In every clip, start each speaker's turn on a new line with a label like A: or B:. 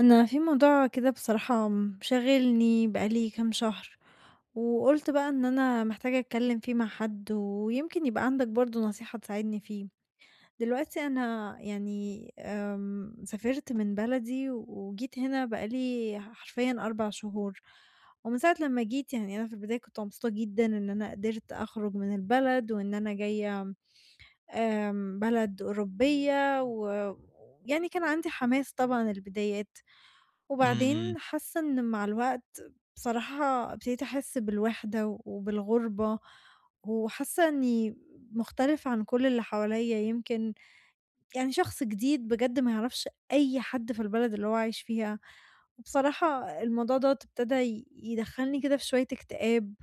A: أنا في موضوع كده بصراحة مشاغلني بقالي كام شهر، وقلت بقى إن أنا محتاجة أتكلم فيه مع حد، ويمكن يبقى عندك برضو نصيحة تساعدني فيه. دلوقتي أنا يعني سافرت من بلدي وجيت هنا بقالي حرفيا 4 شهور. ومن ساعة لما جيت، يعني أنا في البداية كنت مبسوطة جدا إن أنا قدرت أخرج من البلد وإن أنا جاية بلد أوروبية و يعني كان عندي حماس طبعا البدايات.
B: إمم، إمم.
A: وبعدين حاسة إن مع الوقت بصراحة ابتديت أحس بالوحدة وبالغُربة، وحاسة إني مختلفة عن كل اللي حواليّا، يمكن يعني شخص جديد بجد ما يعرفش أي حد في البلد اللي هو عايش فيها. وبصراحة الموضوع دوّة ابتدى يدخّلني كده في شوية اكتئاب،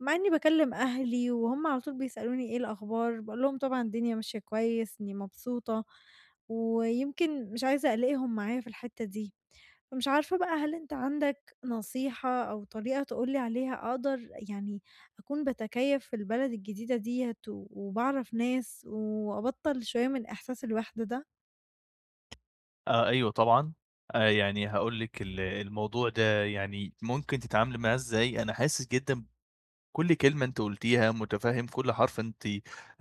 A: مع إني باكلّم أهلي، وهُم على طول بيسألوني إيه الأخبار، باقول لهم طبعًا الدنيا ماشية كويس، إني مبسوطة، ويمكن مش عايزة ألاقيهم معايا في الحتّة دي. فمش عارفة بقى، هل أنت عندك نصيحة أو طريقة تقول لي عليها أقدر يعني أكون باتكيف في البلد الجديدة ديّة و وباعرف ناس وأبطّل شوية من إحساس الوحدة ده؟
B: آه، أيوه طبعًا. يعني هاقول لِك الموضوع ده يعني ممكن تتعاملي معاه إزاي، أنا حاسس جدًا كل كلمة أنتِ قُلتيها، مُتفهِّم كل حرف أنتِ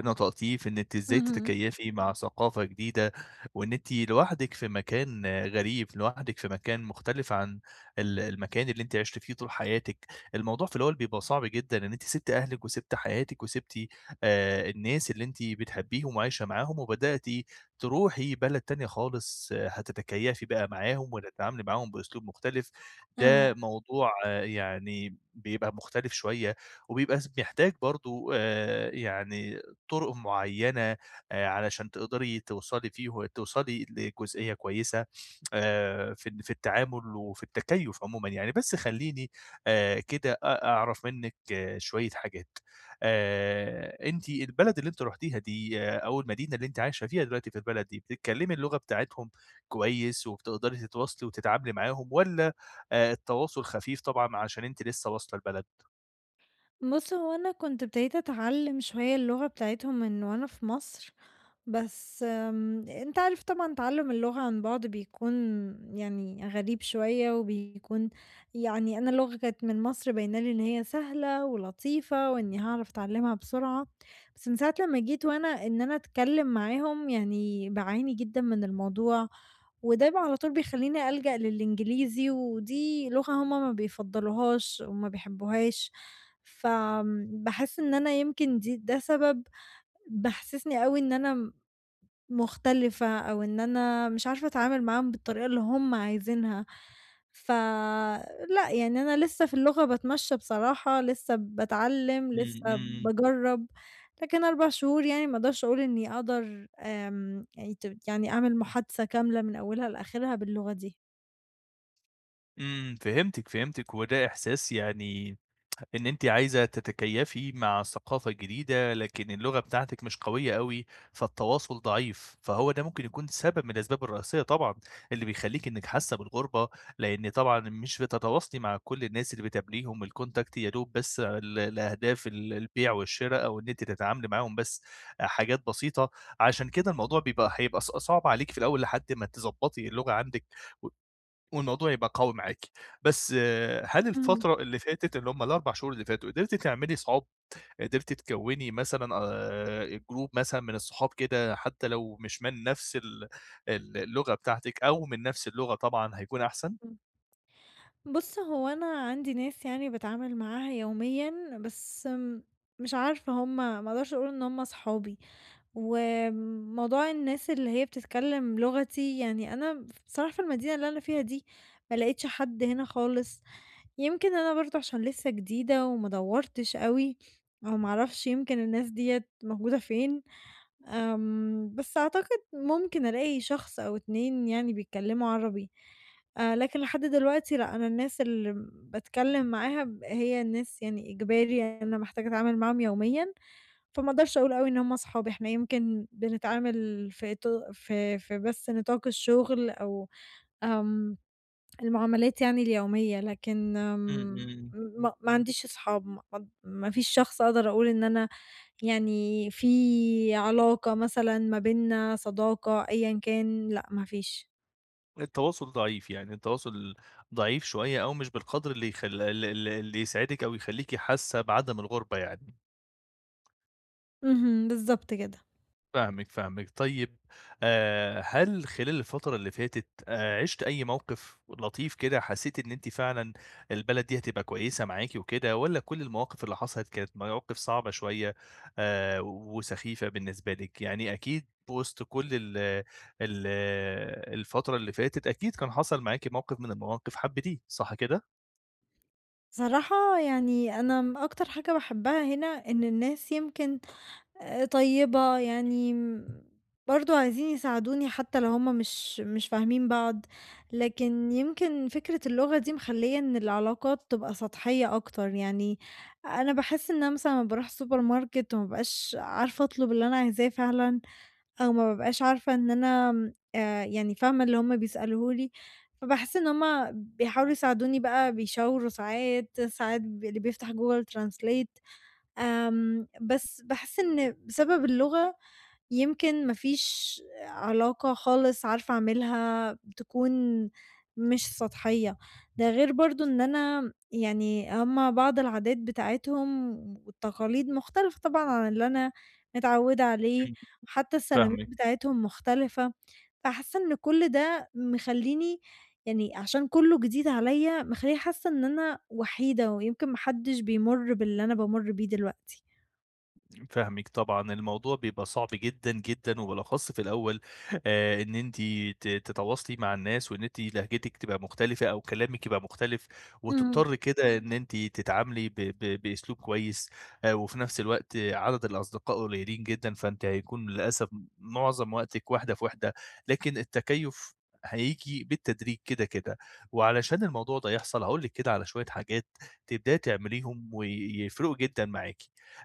B: نطقتيه في إن أنتِ إزاي
A: اهم.
B: تتكيّفي مع ثقافة جديدة، وإن أنتِ لوحدِك في مكان غريب، لوحدِك في مكان مختلف عن المكان اللي أنتِ عِشتِ فيه طول حياتِك. الموضوع في الأول بيبقى صعب جدًا إن أنتِ سِبتِ أهلِك وسِبتِ حياتِك وسِبتِ الناس اللي أنتِ بتحبّيهم وعايشة معاهم وبدأتِ تروحي بلد تانية خالص، آه، هتتكيّفي بقى معاهم وتتعاملي معاهم بأسلوب مختلف.
A: آه.
B: ده موضوع آه، يعني بيبقى مختلف شوية وبيبقى محتاج برضه يعني طُرق معيّنة علشان تقدري توصلي لجزئية كويسة في التعامل وفي التكيُّف عمومًا يعني، بس خلّيني كده أعرف منِّك آه، شوية حاجات. أنتِ البلد اللي أنتِ رُحتيها دي آه، أو المدينة اللي أنتِ عايشة فيها دلوقتي في البلد دي، بتتكلّمي اللغة بتاعتهم كويس وبتقدري تتواصلي وتتعاملي معاهم والّا التواصل خفيف طبعًا عشان أنتِ لسّه واصلة البلد؟
A: بُص، هو أنا كنت ابتديت أتعلم شوية اللغة بتاعتهم من وأنا في مصر. بس أنت عارف طبعًا تعلُّم اللغة عن بُعد بيكون يعني غريب شوية، وبيكون يعني أنا اللغة كانت من مصر باينة لي إن هي سهلة ولطيفة، وإني هاعرف أتعلّمها بسرعة. بس من ساعة لمّا جيت، وأنا إن أنا أتكلّم معاهم يعني باعاني جدًا من الموضوع، وده على طول بيخلّيني ألجأ للإنجليزي، ودي لغة هُم ما بيفضّلوهاش وما بيحبّوهاش. باحس إن أنا يمكن ده سبب بيحسّسني أوي إن أنا مختلفة، أو إن أنا مش عارفة أتعامل معاهم بالطريقة اللي هُم عايزينها. فلأ، يعني أنا لسه في اللغة باتمشّى بصراحة، لسه باتعلّم، لسه
B: إمم، إمم.
A: باجرّب، لكن 4 شهور يعني ما أقدرش أقول إني أقدر يعني يعني أعمل محادثة كاملة من أولها لآخرها باللغة دي.
B: إمم، فهمتِك، فهمتِك، وده إحساس يعني إن أنتِ عايزة تتكيّفي مع الثقافة الجديدة، لكن اللغة بتاعتِك مش قوية أوي، فالتواصل ضعيف، فهو ده ممكن يكون سبب من الأسباب الرئيسية طبعًا اللي بيخلّيكِ إنِّك حاسة بالغُربة، لإن طبعًا مش بتتواصلي مع كل الناس اللي بتقابليهم الcontact يا دوب بس لأهداف البيع والشِرا أو إن أنتِ تتعاملي معاهم بس حاجات بسيطة، عشان كده الموضوع هيبقى صعب عليكِ في الأول لحد ما تضبّطي اللغة عندِك والموضوع يبقى قوي معاكِ. بس آه، هل
A: اهم.
B: الفترة اللي فاتت اللي هم ال4 شهور اللي فاتوا، قدرتِ تعملي صحاب، قدرتِ تكوّني مثلًا group مثلًا من الصحاب كده حتى لو مش من نفس ال ال اللغة بتاعتِك أو من نفس اللغة طبعًا هيكون أحسن؟
A: إمم. بُص، هو أنا عندي ناس يعني باتعامل معاها يوميًا، بس مش عارفة، هُم ما أقدرش أقول إن هُم صحابي. وموضوع الناس اللي هي بتتكلم لغتي، يعني أنا بصراحة في المدينة اللي أنا فيها دي ما لقيتش حد هنا خالص. يمكن أنا برضه عشان لسه جديدة وما دوّرتش أوي، أو ما أعرفش، يمكن الناس ديّة موجودة فين. بس أعتقد ممكن ألاقي شخص أو 2 يعني بيتكلموا عربي. لكن لحد دلوقتي لأ، أنا الناس اللي باتكلم معاها هي الناس يعني إجباري أنا محتاجة أتعامل معاهم يوميًا. فما اقدرش أقول أوي إن هم صحابي، إحنا يمكن بنتعامل في إطا في في بس نطاق الشغل، أو آمم، المعاملات يعني اليومية. لكن
B: إمم، إمم.
A: ما عنديش أصحاب، ما فيش شخص أقدر أقول إن أنا يعني في علاقة مثلًا ما بيننا، صداقة، أيًا كان، لأ ما فيش.
B: التواصل ضعيف، يعني التواصل ضعيف شوية أو مش بالقدر اللي يخل ال ال اللي يسعدِك أو يخلّيكِ حاسة بعدم الغُربة يعني.
A: اهم، بالضبط كده.
B: فاهمِك، فاهمِك. طيب هل خلال الفترة اللي فاتت عِشتِ أي موقف لطيف كده حسيتِ إن أنتِ فعلًا البلد دي هتبقى كويسة معاكِ وكده، والّا كل المواقف اللي حصلت كانت مواقف صعبة شوية وسخيفة بالنسبة لِك؟ يعني أكيد وسط كل ال ال الفترة اللي فاتت أكيد كان حصل معاكِ موقف من المواقف حبّيتيه، صح كده؟
A: بصراحة يعني أنا أكتر حاجة باحبها هنا إن الناس يمكن طيبة، يعني برضه عايزين يساعدوني حتى لو هُم مش فاهمين بعض. لكن يمكن فكرة اللغة دي مخلّية إن العلاقات تبقى سطحية أكتر. يعني أنا باحس إن أنا مثلًا لمّا باروح السوبر ماركت وما بابقاش عارفة أطلب اللي أنا عايزاه فعلًا، أو ما بابقاش عارفة إن أنا م يعني فاهمة اللي هُم بيسألوه لي، فباحس إن هُم بيحاولوا يساعدوني، بقى بيشاوروا ساعات، ساعات اللي بيفتح Google translate. بس باحس إن بسبب اللغة يمكن ما فيش علاقة خالص عارفة أعملها تكون مش سطحية. ده غير برضه إن أنا يعني هُم بعض العادات بتاعتهم والتقاليد مختلفة طبعًا عن اللي أنا متعودة عليه.
B: إمم.
A: حتى السلامات
B: فاهمِك.
A: بتاعتهم مختلفة. فحاسة إن كل ده مخلّيني يعني عشان كله جديد عليَّ، مخلّيني حاسة إن أنا وحيدة، ويمكن ما حدش بيمُر باللي أنا بامُر بيه دلوقتي.
B: فاهمِك طبعًا، الموضوع بيبقى صعب جدًا، جدًا، وبالأخص في الأول إن أنتِ تتواصلي مع الناس وإن أنتِ لهجتِك تبقى مختلفة أو كلامِك يبقى مختلف،
A: إمم،
B: وتضطري كده إن أنتِ تتعاملي ب ب بأسلوب كويس، وفي نفس الوقت عدد الأصدقاء قليلين جدًا، فأنتِ هيكون للأسف معظم وقتِك واحدة في واحدة، لكن التكيُّف هييجي بالتدريج كده، كده. وعلشان الموضوع ده يحصل هاقول لِك كده على شوية حاجات تبدأي تعمليهم ويفرقوا جدًا معاكِ.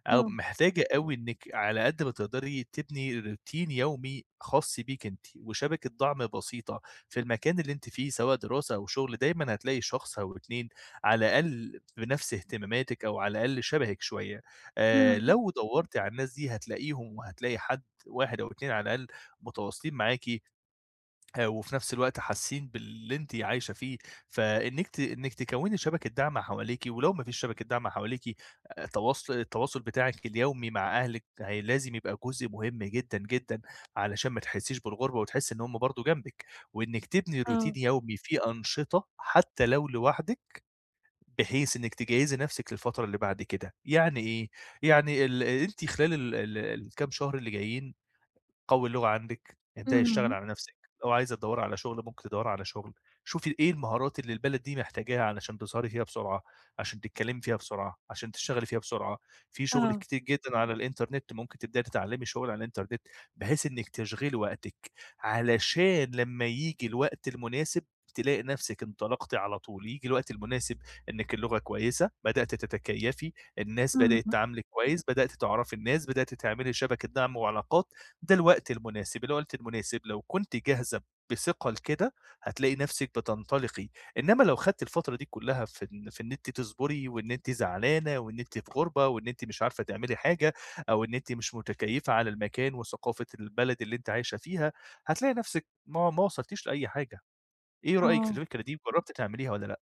B: أو
A: آه،
B: محتاجة أوي إنِّك على قد ما تقدري تبني روتين يومي خاص بيكِ أنتِ، وشبكة دعم بسيطة في المكان اللي أنتِ فيه سواء دراسة أو شغل، دايمًا هتلاقي شخص أو 2 على الأقل بنفس اهتماماتِك أو على الأقل شبهِك شوية.
A: إمم،
B: لو دَوَّرتِ على الناس دي هتلاقيهم وهتلاقي حد 1 أو 2 على الأقل متواصلين معاكِ وفي نفس الوقت حاسين باللي أنتِ عايشة فيه، فإنِّك ت إنِّك تكوّني شبكة دعم حواليكِ، ولو ما فيش شبكة دعم حواليكِ تواصل التواصل بتاعِك اليومي مع أهلِك هي لازم يبقى جزء مهم جدًا، جدًا علشان ما تحسّيش بالغربة وتحسّي إن هم برضه جنبِك، وإنِّك تبني روتين
A: آه.
B: يومي فيه أنشطة حتى لو لوحدِك، بحيث إنِّك تجهّزي نفسِك للفترة اللي بعد كده. يعني إيه؟ يعني أنتِ خلال ال ال الكام شهر اللي جايين قوّي اللغة عندِك، ابدئي اشتغلي
A: إمم.
B: على نَفْسِك، لو عايزة تدوّري على شُغل ممكن تدوّري على شُغل، شوفي إيه المهارات اللي البلد دي محتاجاها علشان تظهري فيها بسرعة، عشان تتكلّمي فيها بسرعة، عشان تشتغلي فيها بسرعة، في شُغل
A: آه،
B: كتير جدًا على الإنترنت ممكن تبدئي تتعلّمي شُغل على الإنترنت، بحيث إنِّك تشغلي وقتِك، علشان لمّا ييجي الوقت المناسب تلاقي نَفْسِك انطلقتِ على طول، ييجي الوقت المناسب إنِّك اللغة كويسة، بدأتِ تتكيّفي، الناس بدأت
A: إمم،
B: تعاملِك كويس، بدأتِ تعرفي الناس، بدأتِ تعملي شبكة دعم وعلاقات، ده الوقت المناسب، الوقت المناسب لو كنتِ جاهزة بثقة لكده، هتلاقي نفسِك بتنطلقي، إنما لو خدتِ الفترة دي كلها في إن أنتِ تصبري وإن أنتِ زعلانة وإن أنتِ في غُربة وإن أنتِ مش عارفة تعملي حاجة أو إن أنتِ مش متكيّفة على المكان وثقافة البلد اللي أنتِ عايشة فيها، هتلاقي نفسِك ما وصلتيش لأي حاجة، إيه رأيِك في
A: آه.
B: الفكرة دي، جرّبتِ تعمليها والّا لأ؟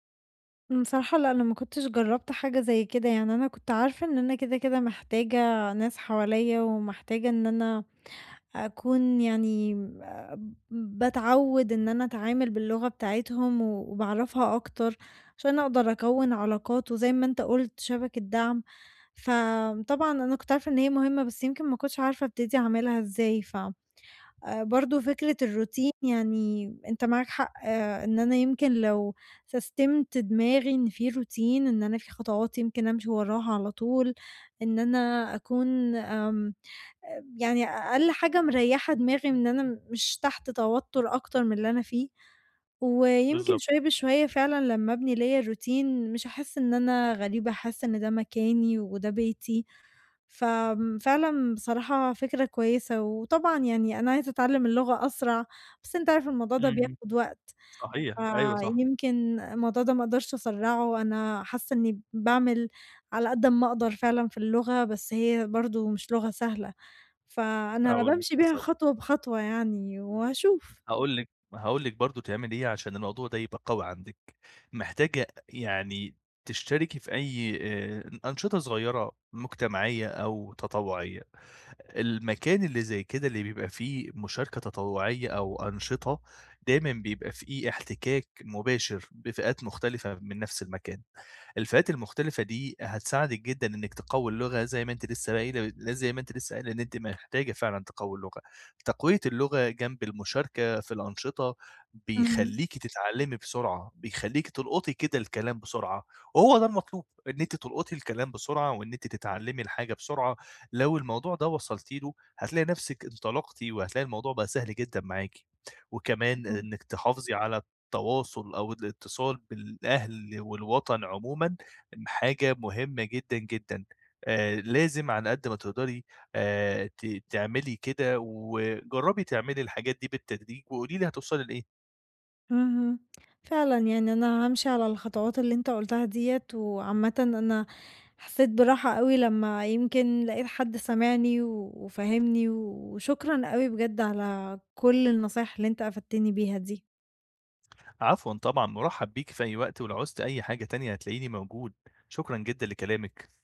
A: بصراحة لأ، أنا ما كنتش جرّبت حاجة زي كده. يعني أنا كنت عارفة إن أنا كده، كده محتاجة ناس حواليّا، ومحتاجة إن أنا أكون يعني باتعوّد إن أنا أتعامل باللغة بتاعتهم، وباعرفها أكتر، عشان أقدر أكوّن علاقات، وزي ما أنت قُلت شبكة دعم. فطبعًا أنا كنت عارفة إن هي مهمة، بس يمكن ما كنتش عارفة أبتدي أعملها إزاي. ف برضه فكرة الروتين، يعني أنت معاك حق آه، إن أنا يمكن لو سستمت دماغي إن في روتين، إن أنا في خطوات يمكن أمشي وراها على طول، إن أنا أكون يعني أقل حاجة مريّحة دماغي من إن أنا مش تحت توتر أكتر من اللي أنا فيه. ويمكن شوية
B: بالضبط.
A: بشوية فعلًا لمّا أبني ليّا روتين مش هاحس إن أنا غريبة، هاحس إن ده مكاني وده بيتي. فعلًا بصراحة فكرة كويسة. وطبعًا يعني أنا عايزة أتعلّم اللغة أسرع، بس أنت عارف الموضوع ده
B: إمم،
A: بياخد وقت،
B: صحيح، أيوه صح،
A: فيمكن الموضوع ده ما أقدرش أسرّعه، أنا حاسة إني باعمل على قد أمّا أقدر فعلًا في اللغة، بس هي برضه مش لغة سهلة، فأنا
B: أو ال
A: بامشي بيها
B: بالضبط.
A: خطوة بخطوة يعني وهاشوف.
B: هاقول لِك برضه تعملي إيه عشان الموضوع ده يبقى قوي عندِك، محتاجة يعني تشتركي في أي أنشطة صغيرة مجتمعية أو تطوعية. المكان اللي زي كده اللي بيبقى فيه مشاركة تطوعية أو أنشطة، دايمًا بيبقى فيه احتكاك مباشر بفئات مختلفة من نفس المكان. الفئات المختلفة دي هتساعدِك جدًا إنِّك تقوّي اللغة زي ما أنتِ لسه قايلة إن أنتِ محتاجة فعلًا تقوّي اللغة. تقوية اللغة جنب المشاركة في الأنشطة
A: إمم،
B: بيخلّيكِ تتعلّمي بسرعة، بيخلّيكِ تلقطي كده الكلام بسرعة، وهو ده المطلوب، إن أنتِ تلقطي الكلام بسرعة وإن أنتِ تتعلّمي الحاجة بسرعة لو الموضوع ده وصلتِ له هتلاقي نفسِك انطلقتِ، وهتلاقي الموضوع بقى سهل جدًا معاكِ، وكمان
A: إمم.
B: إنِّك تحافظي على التواصل أو الاتصال بالأهل والوطن عمومًا حاجة مهمة جدًا، جدًا. لازم على قد ما تقدري ت تعملي كده، وجرّبي تعملي الحاجات دي بالتدريج وقولي لي هتوصلي لإيه.
A: اهم، فعلًا يعني أنا هامشي على الخطوات اللي أنت قُلتها ديّة. وعامةً أنا حسيت براحة أوي لمّا يمكن لقيت حد سمعني و وفاهمني، وشكرًا أوي بجد على كل النصايح اللي أنت أفدتني بيها دي.
B: عفوًا طبعًا، مُرحّب بيكِ في أي وقت، ولو عُزتِ أي حاجة تانية هتلاقيني موجود. شكرًا جدًا لكلامِك.